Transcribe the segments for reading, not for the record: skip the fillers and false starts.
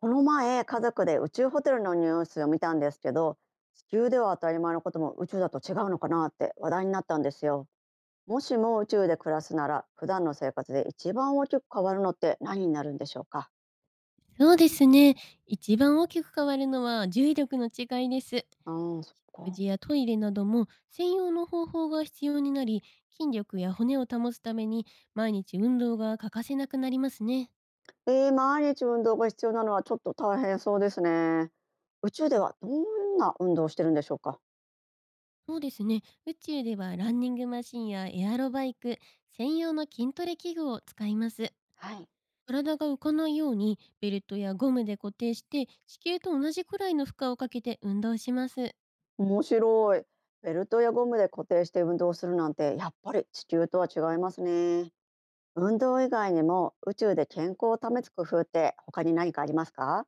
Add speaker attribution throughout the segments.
Speaker 1: この前、家族で宇宙ホテルのニュースを見たんですけど、地球では当たり前のことも宇宙だと違うのかなって話題になったんですよ。もしも宇宙で暮らすなら、普段の生活で一番大きく変わるのって何になるんでしょうか。
Speaker 2: そうですね。一番大きく変わるのは重力の違いです。
Speaker 1: ああ、そっ
Speaker 2: 食事
Speaker 1: か。
Speaker 2: やトイレなども専用の方法が必要になり、筋力や骨を保つために毎日運動が欠かせなくなりますね。
Speaker 1: 毎日運動が必要なのはちょっと大変そうですね。宇宙ではどんな運動をしてるんでしょうか。
Speaker 2: そうですね。宇宙ではランニングマシンやエアロバイク、専用の筋トレ器具を使います。
Speaker 1: はい。
Speaker 2: 体が浮かないようにベルトやゴムで固定して、地球と同じくらいの負荷をかけて運動します。
Speaker 1: 面白い。ベルトやゴムで固定して運動するなんて、やっぱり地球とは違いますね。運動以外にも宇宙で健康を保つ工夫って他に何かありますか？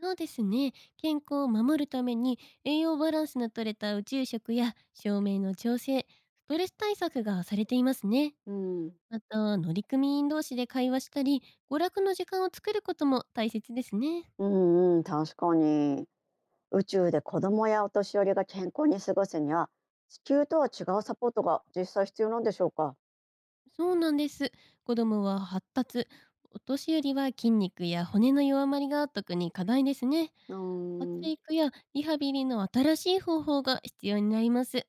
Speaker 2: そうですね。健康を守るために、栄養バランスの取れた宇宙食や照明の調整、ストレス対策がされていますね。
Speaker 1: うん、
Speaker 2: また、乗組員同士で会話したり、娯楽の時間を作ることも大切ですね。
Speaker 1: うんうん、確かに。宇宙で子供やお年寄りが健康に過ごすには、地球とは違うサポートが実際必要なんでしょうか？
Speaker 2: そうなんです。子供は発達、お年寄りは筋肉や骨の弱まりが特に課題ですね。
Speaker 1: う
Speaker 2: 発
Speaker 1: ーん、
Speaker 2: 育やリハビリの新しい方法が必要になります。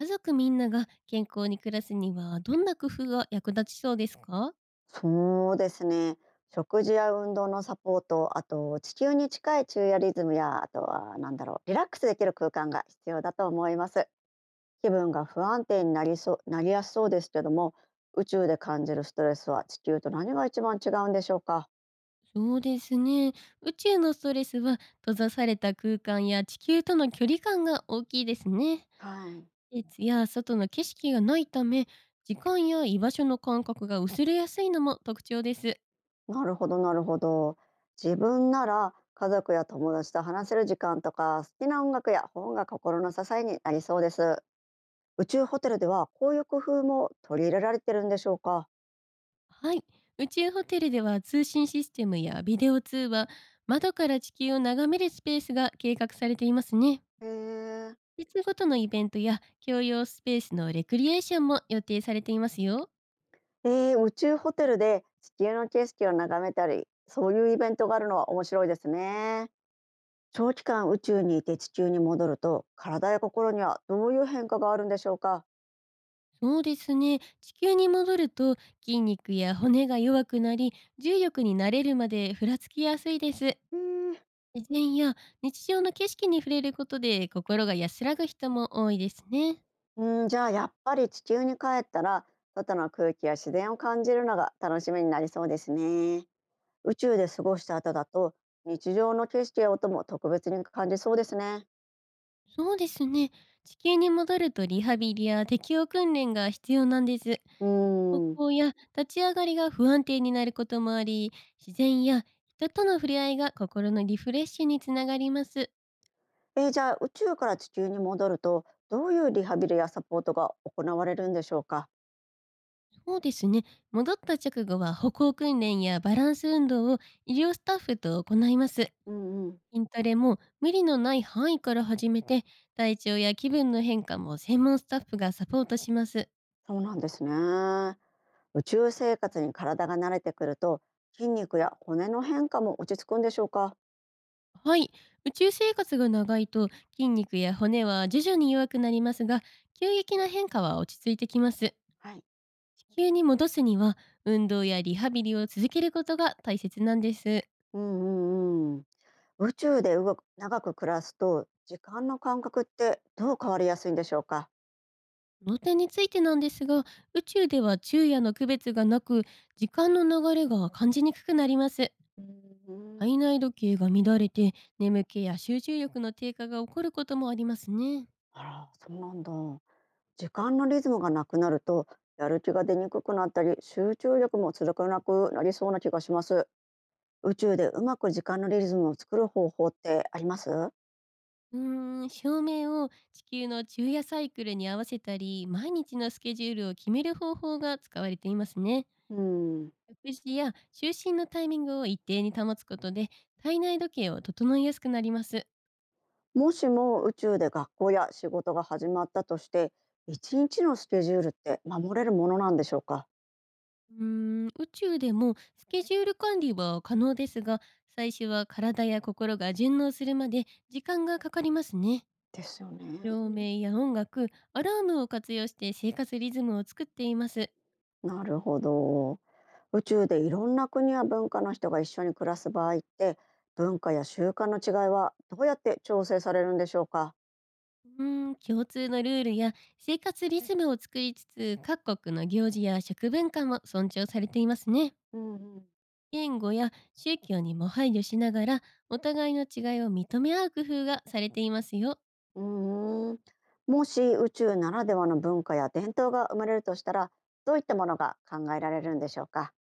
Speaker 2: 家族みんなが健康に暮らすには、どんな工夫が役立ちそうですか？
Speaker 1: そうですね。食事や運動のサポート、あと地球に近い昼夜リズムや、あとは何だろう、リラックスできる空間が必要だと思います。気分が不安定になりそう、なりやすそうですけども、宇宙で感じるストレスは地球と何が一番違うんでしょうか。
Speaker 2: そうですね。宇宙のストレスは、閉ざされた空間や地球との距離感が大きいですね。
Speaker 1: はい。
Speaker 2: 熱や外の景色がないため、時間や居場所の感覚が薄れやすいのも特徴です。
Speaker 1: なるほど、なるほど。自分なら家族や友達と話せる時間とか、好きな音楽や本が心の支えになりそうです。宇宙ホテルではこういう工夫も取り入れられてるんでしょうか。
Speaker 2: はい。宇宙ホテルでは、通信システムやビデオ通話、窓から地球を眺めるスペースが計画されていますね。
Speaker 1: へえ。
Speaker 2: 季節ごとのイベントや共用スペースのレクリエーションも予定されていますよ。
Speaker 1: 宇宙ホテルで地球の景色を眺めたり、そういうイベントがあるのは面白いですね。長期間宇宙にいて地球に戻ると、体や心にはどういう変化があるんでしょうか？
Speaker 2: そうですね。地球に戻ると、筋肉や骨が弱くなり、重力に慣れるまでふらつきやすいです。
Speaker 1: うー。
Speaker 2: 自然や日常の景色に触れることで、心が安らぐ人も多いですね。
Speaker 1: うん、じゃあやっぱり地球に帰ったら、外の空気や自然を感じるのが楽しみになりそうですね。宇宙で過ごした後だと、日常の景色や音も特別に感じそうですね。
Speaker 2: そうですね。地球に戻ると、リハビリや適応訓練が必要なんです。
Speaker 1: う
Speaker 2: 歩
Speaker 1: ん。
Speaker 2: 行や立ち上がりが不安定になることもあり、自然や人との触れ合いが心のリフレッシュにつながります。
Speaker 1: じゃあ宇宙から地球に戻ると、どういうリハビリやサポートが行われるんでしょうか？
Speaker 2: そうですね。戻った直後は、歩行訓練やバランス運動を医療スタッフと行います。
Speaker 1: うんうん。
Speaker 2: 筋トレも無理のない範囲から始めて、体調や気分の変化も専門スタッフがサポートします。
Speaker 1: そうなんですね。宇宙生活に体が慣れてくると、筋肉や骨の変化も落ち着くんでしょうか？
Speaker 2: はい。宇宙生活が長いと、筋肉や骨は徐々に弱くなりますが、急激な変化は落ち着いてきます。
Speaker 1: はい。
Speaker 2: 地球に戻すには、運動やリハビリを続けることが大切なんです。
Speaker 1: うんうんうん。宇宙で動く長く暮らすと、時間の感覚ってどう変わりやすいんでしょうか？
Speaker 2: この点についてなんですが、宇宙では昼夜の区別がなく、時間の流れが感じにくくなります。
Speaker 1: うーん。
Speaker 2: 体内時計が乱れて、眠気や集中力の低下が起こることもありますね。
Speaker 1: あら、そうなんだ。時間のリズムがなくなると、やる気が出にくくなったり集中力も続かなくなりそうな気がします。宇宙でうまく時間のリズムを作る方法ってあります？
Speaker 2: うーん、照明を地球の昼夜サイクルに合わせたり、毎日のスケジュールを決める方法が使われていますね。
Speaker 1: うん。
Speaker 2: 食事や就寝のタイミングを一定に保つことで、体内時計を整えやすくなります。
Speaker 1: もしも宇宙で学校や仕事が始まったとして、一日のスケジュールって守れるものなんでしょうか？
Speaker 2: うーん、宇宙でもスケジュール管理は可能ですが、最初は体や心が順応するまで時間がかかりますね。
Speaker 1: ですよ
Speaker 2: 照
Speaker 1: ね。
Speaker 2: 明や音楽、アラームを活用して生活リズムを作っています。
Speaker 1: なるほど。宇宙でいろんな国や文化の人が一緒に暮らす場合って、文化や習慣の違いはどうやって調整されるんでしょうか？
Speaker 2: うーん、共通のルールや生活リズムを作りつつ、各国の行事や食文化も尊重されていますね。
Speaker 1: うんうん。
Speaker 2: 言語や宗教にも配慮しながら、お互いの違いを認め合う工夫がされていますよ。
Speaker 1: うーん。もし宇宙ならではの文化や伝統が生まれるとしたら、どういったものが考えられるんでしょうか？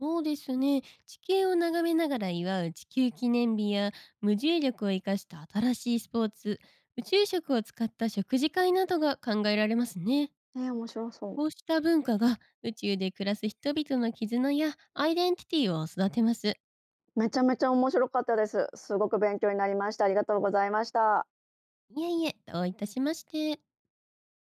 Speaker 2: そうですね。地形を眺めながら祝う地球記念日や、無重力を生かした新しいスポーツ、宇宙食を使った食事会などが考えられますね。
Speaker 1: ええ、面白そう。
Speaker 2: こうした文化が、宇宙で暮らす人々の絆やアイデンティティを育てます。
Speaker 1: めちゃめちゃ面白かったです。すごく勉強になりました。ありがとうございました。
Speaker 2: いえいえ、どういたしまして。